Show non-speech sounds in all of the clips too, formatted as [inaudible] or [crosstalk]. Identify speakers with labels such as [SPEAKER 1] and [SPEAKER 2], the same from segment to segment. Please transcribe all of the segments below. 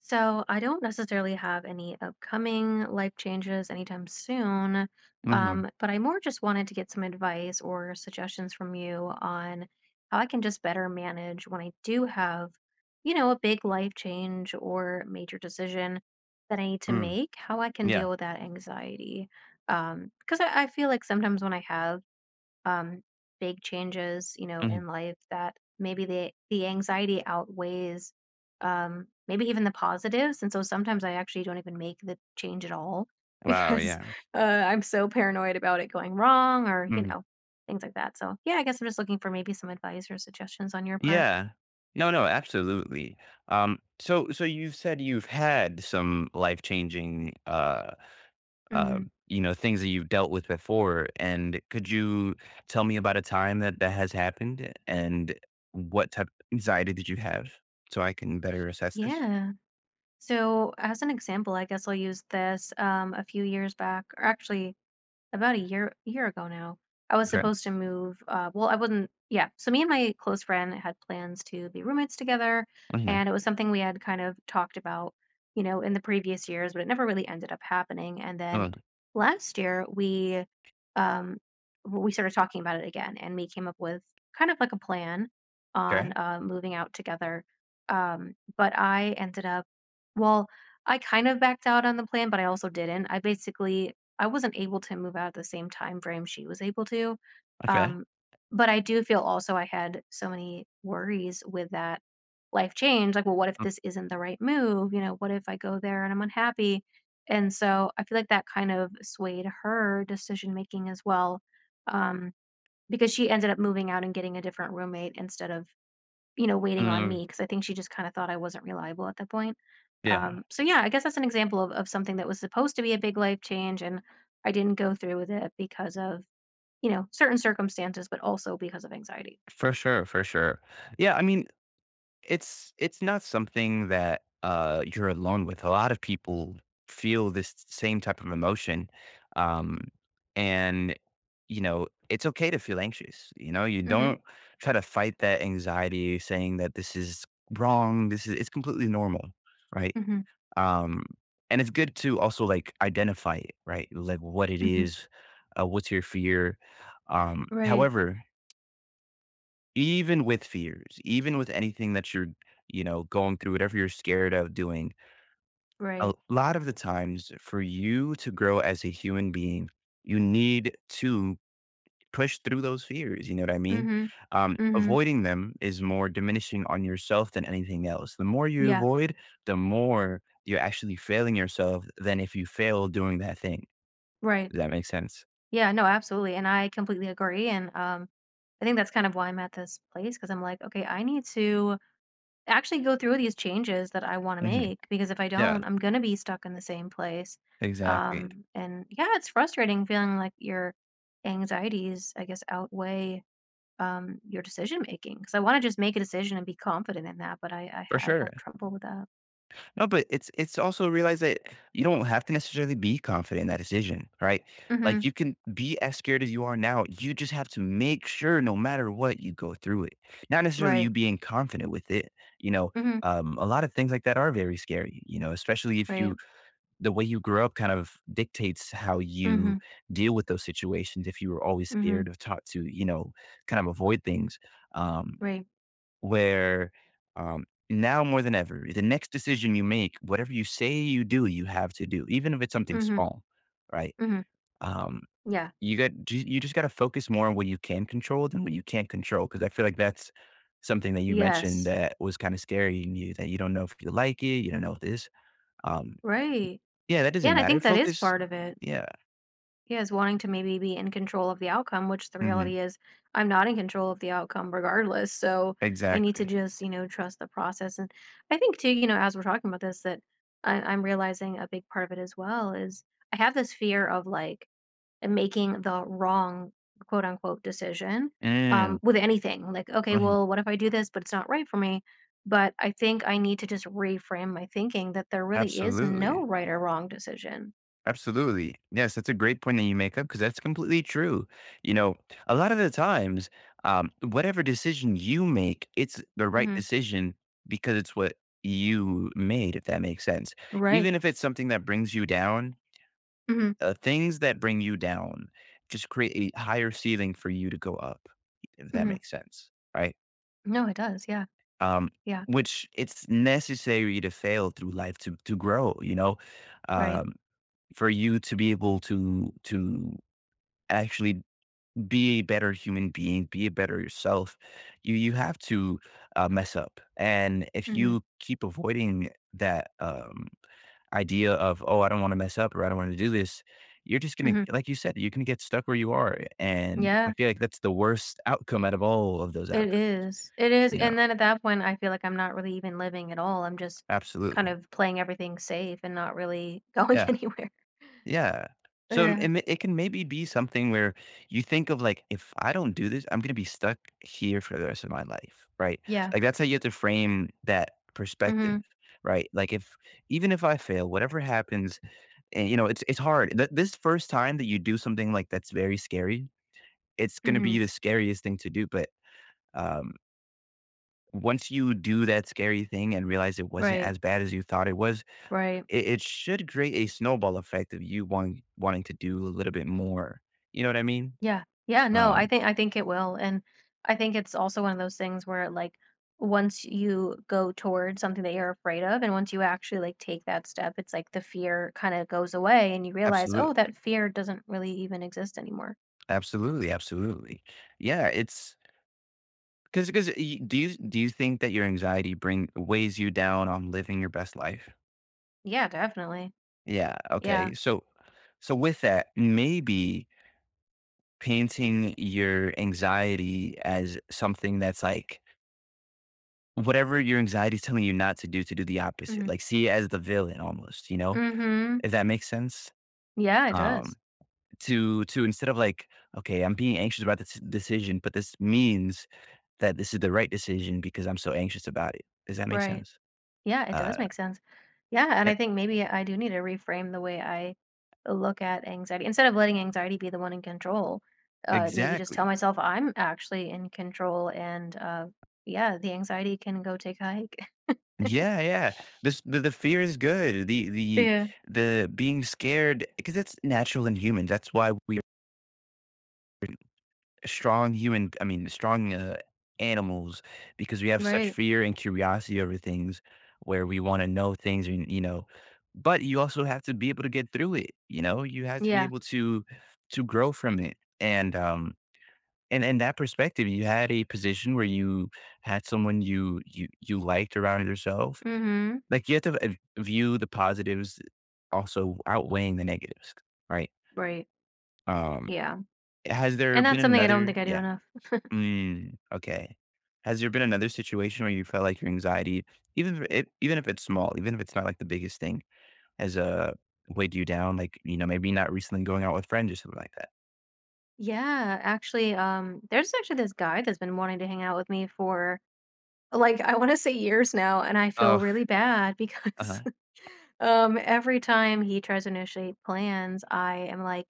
[SPEAKER 1] So I don't necessarily have any upcoming life changes anytime soon,
[SPEAKER 2] Mhm.
[SPEAKER 1] but I more just wanted to get some advice or suggestions from you on how I can just better manage when I do have, you know, a big life change or major decision that I need to
[SPEAKER 2] Mm.
[SPEAKER 1] make, how I can
[SPEAKER 2] Yeah.
[SPEAKER 1] deal with that anxiety. Because I feel like sometimes when I have um, big changes, you know,
[SPEAKER 2] Mhm.
[SPEAKER 1] in life that maybe the anxiety outweighs maybe even the positives. And so sometimes I actually don't even make the change at all [laughs]
[SPEAKER 2] Wow,
[SPEAKER 1] because
[SPEAKER 2] yeah.
[SPEAKER 1] I'm so paranoid about it going wrong or
[SPEAKER 2] Mhm.
[SPEAKER 1] things like that. So yeah, I guess I'm just looking for maybe some advice or suggestions on your part.
[SPEAKER 2] Yeah. No, no, absolutely. So you've said you've had some life-changing, uh,
[SPEAKER 1] Hmm.
[SPEAKER 2] things that you've dealt with before, and could you tell me about a time that that has happened, and what type of anxiety did you have, so I can better assess this?
[SPEAKER 1] Yeah. So as an example, I guess I'll use this a few years back, or actually about a year ago now, I was
[SPEAKER 2] Okay.
[SPEAKER 1] supposed to move. Well, I would not Yeah. So me and my close friend had plans to be roommates together,
[SPEAKER 2] Mhm.
[SPEAKER 1] and it was something we had kind of talked about, you know, in the previous years, but it never really ended up happening. And then
[SPEAKER 2] Mm.
[SPEAKER 1] last year um, we started talking about it again, and we came up with kind of like a plan on
[SPEAKER 2] Okay.
[SPEAKER 1] moving out together. But I ended up, well, I kind of backed out on the plan, but I also didn't. I wasn't able to move out at the same time frame she was able to.
[SPEAKER 2] Okay.
[SPEAKER 1] Um, but I do feel also I had so many worries with that life change. Like, well, what if
[SPEAKER 2] Mm.
[SPEAKER 1] this isn't the right move? You know, what if I go there and I'm unhappy? And so I feel like that kind of swayed her decision making as well. Um, because she ended up moving out and getting a different roommate instead of waiting on
[SPEAKER 2] Mm.
[SPEAKER 1] me because I think she just kind of thought I wasn't reliable at that point.
[SPEAKER 2] Yeah,
[SPEAKER 1] So yeah, I guess that's an example of something that was supposed to be a big life change and I didn't go through with it because of, you know, certain circumstances, but also because of anxiety.
[SPEAKER 2] for sure, for sure. Yeah, I mean it's not something that, you're alone with. A lot of people feel this same type of emotion. Um, and, you know, it's okay to feel anxious, you know? You
[SPEAKER 1] Mm-hmm.
[SPEAKER 2] don't try to fight that anxiety saying that this is wrong, this is it's completely normal, right?
[SPEAKER 1] Mm-hmm.
[SPEAKER 2] Um, and it's good to also, like, identify it, right? Like, what it
[SPEAKER 1] Mm-hmm.
[SPEAKER 2] is, what's your fear,
[SPEAKER 1] Right.
[SPEAKER 2] however even with fears, even with anything that you're, going through, whatever you're scared of doing, a
[SPEAKER 1] Right.
[SPEAKER 2] lot of the times for you to grow as a human being, you need to push through those fears. You know what I mean?
[SPEAKER 1] Mm-hmm.
[SPEAKER 2] Um,
[SPEAKER 1] Mm-hmm.
[SPEAKER 2] avoiding them is more diminishing on yourself than anything else. The more you
[SPEAKER 1] Yeah.
[SPEAKER 2] avoid, the more you're actually failing yourself than if you fail doing that thing.
[SPEAKER 1] Right.
[SPEAKER 2] Does that make sense?
[SPEAKER 1] Yeah. No, absolutely. And I completely agree. And I think that's kind of why I'm at this place because I'm like, okay, I need to actually go through these changes that I wanna
[SPEAKER 2] Hmm.
[SPEAKER 1] make, because if I
[SPEAKER 2] Yeah,
[SPEAKER 1] don't, I'm gonna be stuck in the same place.
[SPEAKER 2] exactly.
[SPEAKER 1] And yeah, it's frustrating feeling like your anxieties, I guess, outweigh your decision making. Because I wanna just make a decision and be confident in that, but
[SPEAKER 2] For
[SPEAKER 1] I
[SPEAKER 2] sure.
[SPEAKER 1] have trouble with that.
[SPEAKER 2] No, but it's also realize that you don't have to necessarily be confident in that decision, right? Like
[SPEAKER 1] Mhm.
[SPEAKER 2] you can be as scared as you are now. You just have to make sure no matter what you go through it. Not necessarily you
[SPEAKER 1] Right.
[SPEAKER 2] being confident with it. You know,
[SPEAKER 1] Mhm.
[SPEAKER 2] a lot of things like that are very scary, you know, especially if you
[SPEAKER 1] Right.
[SPEAKER 2] the way you grew up kind of dictates how you
[SPEAKER 1] Mhm.
[SPEAKER 2] deal with those situations. If you were always
[SPEAKER 1] Mhm.
[SPEAKER 2] scared or taught to, kind of avoid things. Um,
[SPEAKER 1] Right.
[SPEAKER 2] where now more than ever, the next decision you make, whatever you say you do, you have to do, even if it's something
[SPEAKER 1] Mhm.
[SPEAKER 2] small, right?
[SPEAKER 1] Mhm.
[SPEAKER 2] Um,
[SPEAKER 1] Yeah.
[SPEAKER 2] you just got to focus more on what you can control than what you can't control because I feel like that's something that you mentioned
[SPEAKER 1] Yes.
[SPEAKER 2] that was kind of scary in you that you don't know if you like it, you don't know if this. Um,
[SPEAKER 1] Right.
[SPEAKER 2] yeah, that
[SPEAKER 1] Yeah,
[SPEAKER 2] doesn't
[SPEAKER 1] and I
[SPEAKER 2] matter.
[SPEAKER 1] think that is
[SPEAKER 2] Focus.
[SPEAKER 1] part of it.
[SPEAKER 2] Yeah,
[SPEAKER 1] Yeah, is wanting to maybe be in control of the outcome, which the
[SPEAKER 2] hmm
[SPEAKER 1] reality is I'm not in control of the outcome regardless. So I need to
[SPEAKER 2] exactly.
[SPEAKER 1] just, you know, trust the process. And I think too, you know, as we're talking about this, that I'm realizing a big part of it as well is I have this fear of like making the wrong quote unquote decision
[SPEAKER 2] Mm.
[SPEAKER 1] with anything. Like, okay,
[SPEAKER 2] Mhm.
[SPEAKER 1] well, what if I do this, but it's not right for me? But I think I need to just reframe my thinking that there really is
[SPEAKER 2] Absolutely.
[SPEAKER 1] no right or wrong decision.
[SPEAKER 2] Absolutely. Yes, that's a great point that you make up because that's completely true. You know, a lot of the times, whatever decision you make, it's the right
[SPEAKER 1] Hmm.
[SPEAKER 2] decision because it's what you made, if that makes sense.
[SPEAKER 1] Right.
[SPEAKER 2] Even if it's something that brings you down,
[SPEAKER 1] Hmm.
[SPEAKER 2] things that bring you down just create a higher ceiling for you to go up, if that
[SPEAKER 1] Hmm.
[SPEAKER 2] makes sense. Right.
[SPEAKER 1] No, it does. Yeah.
[SPEAKER 2] Um,
[SPEAKER 1] Yeah.
[SPEAKER 2] which it's necessary to fail through life to grow.
[SPEAKER 1] Right.
[SPEAKER 2] Um, for you to be able to actually be a better human being, be a better yourself, you have to, mess up, and if
[SPEAKER 1] Hmm.
[SPEAKER 2] you keep avoiding that, idea of, "Oh, I don't wanna mess up," or, "I don't wanna do this," you're just gonna
[SPEAKER 1] Hmm.
[SPEAKER 2] like you said, you're gonna get stuck where you are, and I
[SPEAKER 1] Yeah,
[SPEAKER 2] feel like that's the worst outcome out of all of those
[SPEAKER 1] it
[SPEAKER 2] outcomes,
[SPEAKER 1] is. It is.
[SPEAKER 2] you know?
[SPEAKER 1] And then at that point, I feel like I'm not really even living at all. I'm just kind
[SPEAKER 2] Absolutely.
[SPEAKER 1] of playing everything safe and not really [laughs] going
[SPEAKER 2] Yeah.
[SPEAKER 1] anywhere.
[SPEAKER 2] Yeah. So, um,
[SPEAKER 1] Yeah.
[SPEAKER 2] it ma it can maybe be something where you think of, like, "If I don't do this, I'm gonna be stuck here for the rest of my life," right?
[SPEAKER 1] Yeah.
[SPEAKER 2] Like, that's how you have to frame that
[SPEAKER 1] Hmm.
[SPEAKER 2] perspective, right? Like, if even if I fail, whatever happens and, it's hard. Th this first time that you do something, like, that's very scary, it's gonna
[SPEAKER 1] Hmm.
[SPEAKER 2] be the scariest thing to do, but, um, once you do that scary thing and realize it wasn't
[SPEAKER 1] Right.
[SPEAKER 2] as bad as you thought it was,
[SPEAKER 1] Right.
[SPEAKER 2] it should create a snowball effect of you wanting to do a little bit more. You know what I mean?
[SPEAKER 1] Yeah. Yeah,
[SPEAKER 2] Yeah.
[SPEAKER 1] no,
[SPEAKER 2] Um,
[SPEAKER 1] I think it will, and I think it's also one of those things where, like, once you go towards something that you're afraid of, and once you actually, like, take that step, it's like the fear kinda goes away and you realize, "Oh,
[SPEAKER 2] absolutely,
[SPEAKER 1] that fear doesn't really even exist anymore."
[SPEAKER 2] absolutely, absolutely. Yeah, it's because because do you think that your anxiety bring weighs you down on living your best life?
[SPEAKER 1] Yeah, definitely.
[SPEAKER 2] Yeah,
[SPEAKER 1] Yeah.
[SPEAKER 2] okay. So with that, maybe painting your anxiety as something that's like whatever your anxiety is telling you not to do, to do the opposite,
[SPEAKER 1] Mhm.
[SPEAKER 2] like, see it as the villain almost, you know?
[SPEAKER 1] Mhm.
[SPEAKER 2] If that makes sense?
[SPEAKER 1] Yeah, it
[SPEAKER 2] Um
[SPEAKER 1] does.
[SPEAKER 2] to instead of like, okay, I'm being anxious about this decision, but this means that this is the right decision because I'm so anxious about it. Does that make
[SPEAKER 1] Right.
[SPEAKER 2] sense?
[SPEAKER 1] Yeah, it does
[SPEAKER 2] Uh,
[SPEAKER 1] make sense. Yeah, and I
[SPEAKER 2] e-
[SPEAKER 1] think maybe I do need to reframe the way I look at anxiety. Instead of letting anxiety be the one in control, maybe just tell
[SPEAKER 2] exactly.
[SPEAKER 1] myself I'm actually in control and yeah, the anxiety can go take a hike. [laughs]
[SPEAKER 2] Yeah, yeah. The fear is good. The the
[SPEAKER 1] Yeah,
[SPEAKER 2] the being scared because it's natural in humans. That's why we strong human I mean, strong, animals because we have such
[SPEAKER 1] right.
[SPEAKER 2] fear and curiosity over things where we wanna know things and, but you also have to be able to get through it, you know? You have to be
[SPEAKER 1] Yeah.
[SPEAKER 2] able to grow from it, and, and that perspective, you had a position where you had someone you liked around yourself.
[SPEAKER 1] Mm-hmm.
[SPEAKER 2] Like, you have to v view the positives also outweighing the negatives, right?
[SPEAKER 1] Right.
[SPEAKER 2] Um,
[SPEAKER 1] Yeah.
[SPEAKER 2] has there
[SPEAKER 1] And
[SPEAKER 2] been
[SPEAKER 1] that's something I don't
[SPEAKER 2] another.
[SPEAKER 1] think I do
[SPEAKER 2] Yeah.
[SPEAKER 1] enough.
[SPEAKER 2] Mm, okay. Has there been another situation where you felt like your anxiety, even if it's small, even if it's not like the biggest thing, has weighed you down? Like maybe not recently going out with friends or something like that.
[SPEAKER 1] Yeah, actually, there's actually this guy that's been wanting to hang out with me for like I want to say years now, and I feel
[SPEAKER 2] Oh,
[SPEAKER 1] really bad
[SPEAKER 2] uh huh.
[SPEAKER 1] because [laughs] every time he tries to initiate plans, I am like,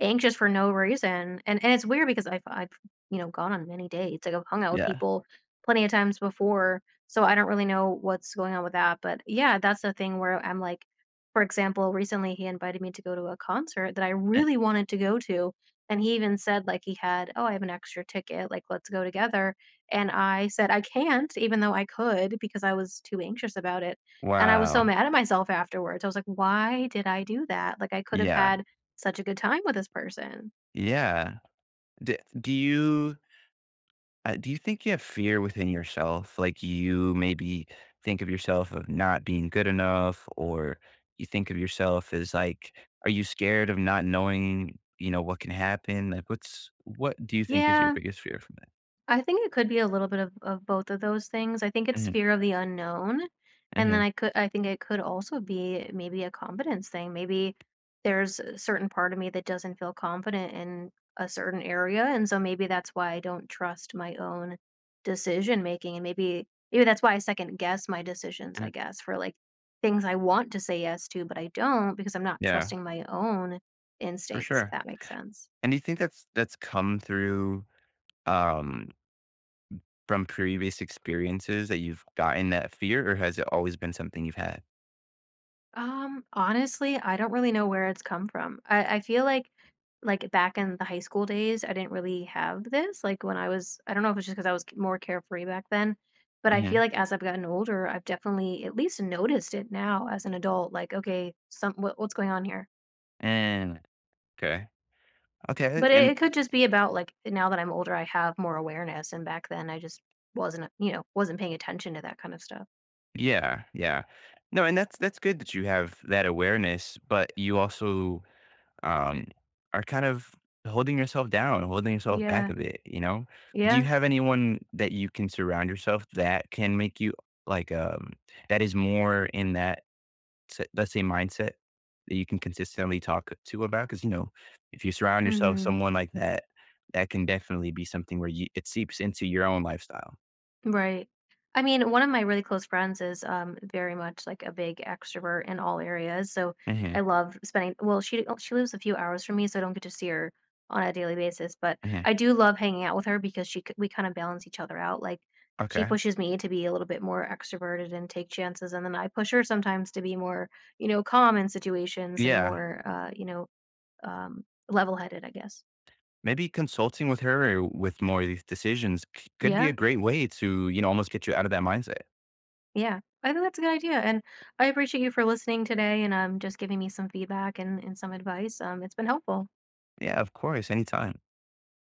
[SPEAKER 1] anxious for no reason, and it's weird because I've you know, gone on many dates, like, I've hung out with
[SPEAKER 2] Yeah.
[SPEAKER 1] people plenty of times before, so I don't really know what's going on with that, but yeah, that's the thing where I'm like for example, recently he invited me to go to a concert that I
[SPEAKER 2] Eh,
[SPEAKER 1] really wanted to go to, and he even said, like, "Oh, I have an extra ticket, like, let's go together," and I said, "I can't," even though I could because I was too anxious about it, and I was so
[SPEAKER 2] Wow
[SPEAKER 1] mad at myself afterwards, I was like, "Why did I do that?" Like, I could have
[SPEAKER 2] Yeah.
[SPEAKER 1] had such a good time with this person.
[SPEAKER 2] Yeah. D- do you do you think you have fear within yourself? Like you maybe think of yourself of not being good enough, or you think of yourself as like, are you scared of not knowing, what can happen? Like, what do you think is your
[SPEAKER 1] Yeah,
[SPEAKER 2] biggest fear from that?
[SPEAKER 1] I think it could be a little bit of both of those things. I think it's
[SPEAKER 2] Hmm.
[SPEAKER 1] fear of the unknown. And then
[SPEAKER 2] Hmm.
[SPEAKER 1] I think it could also be maybe a confidence thing. Maybe there's a certain part of me that doesn't feel confident in a certain area. And so maybe that's why I don't trust my own decision making. And maybe that's why I second guess my decisions, I guess, for like things I want to say yes to, but I don't because I'm not
[SPEAKER 2] Yeah,
[SPEAKER 1] trusting my own
[SPEAKER 2] for
[SPEAKER 1] instincts, if
[SPEAKER 2] sure.
[SPEAKER 1] that makes sense.
[SPEAKER 2] And do you think that's come through um, from previous experiences that you've gotten that fear, or has it always been something you've had?
[SPEAKER 1] Honestly, I don't really know where it's come from. I feel like back in the high school days, I didn't really have this. Like when I was, I don't know if it's just because I was more carefree back then, but I
[SPEAKER 2] Hmm.
[SPEAKER 1] feel like as I've gotten older, I've definitely at least noticed it now as an adult. Like, okay, some what's going on here?
[SPEAKER 2] And okay, okay,
[SPEAKER 1] But
[SPEAKER 2] and
[SPEAKER 1] it could just be about like now that I'm older, I have more awareness, and back then I just wasn't, you know, wasn't paying attention to that kind of stuff.
[SPEAKER 2] yeah, yeah. No, and that's good that you have that awareness, but you also um are kind of holding yourself down, holding yourself back
[SPEAKER 1] Yeah,
[SPEAKER 2] a bit, you know? Do you
[SPEAKER 1] yeah.
[SPEAKER 2] have anyone that you can surround yourself that can make you like that is more in that let's say mindset that you can consistently talk to about cuz if you surround yourself with
[SPEAKER 1] Mm-hmm.
[SPEAKER 2] someone like that, that can definitely be something where you it seeps into your own lifestyle.
[SPEAKER 1] Right. I mean, one of my really close friends is very much like a big extrovert in all areas. So
[SPEAKER 2] Mhm.
[SPEAKER 1] I love spending, well, she oh, she lives a few hours from me, so I don't get to see her on a daily basis, but
[SPEAKER 2] Mhm.
[SPEAKER 1] I do love hanging out with her because we kind of balance each other out. Like she
[SPEAKER 2] Okay.
[SPEAKER 1] pushes me to be a little bit more extroverted and take chances, and then I push her sometimes to be more, you know, calm in situations and
[SPEAKER 2] Yeah.
[SPEAKER 1] more you know, level-headed, I guess.
[SPEAKER 2] Maybe consulting with her with more of these decisions c could be a
[SPEAKER 1] Yeah.
[SPEAKER 2] great way to, almost get you out of that mindset.
[SPEAKER 1] Yeah, I think that's a good idea, and I appreciate you for listening today and just giving me some feedback and some advice. It's been helpful,
[SPEAKER 2] Yeah, of course, anytime.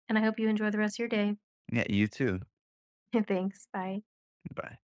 [SPEAKER 1] and I hope you enjoy the rest of your day.
[SPEAKER 2] Yeah, you too.
[SPEAKER 1] [laughs] Thanks. Bye.
[SPEAKER 2] Bye.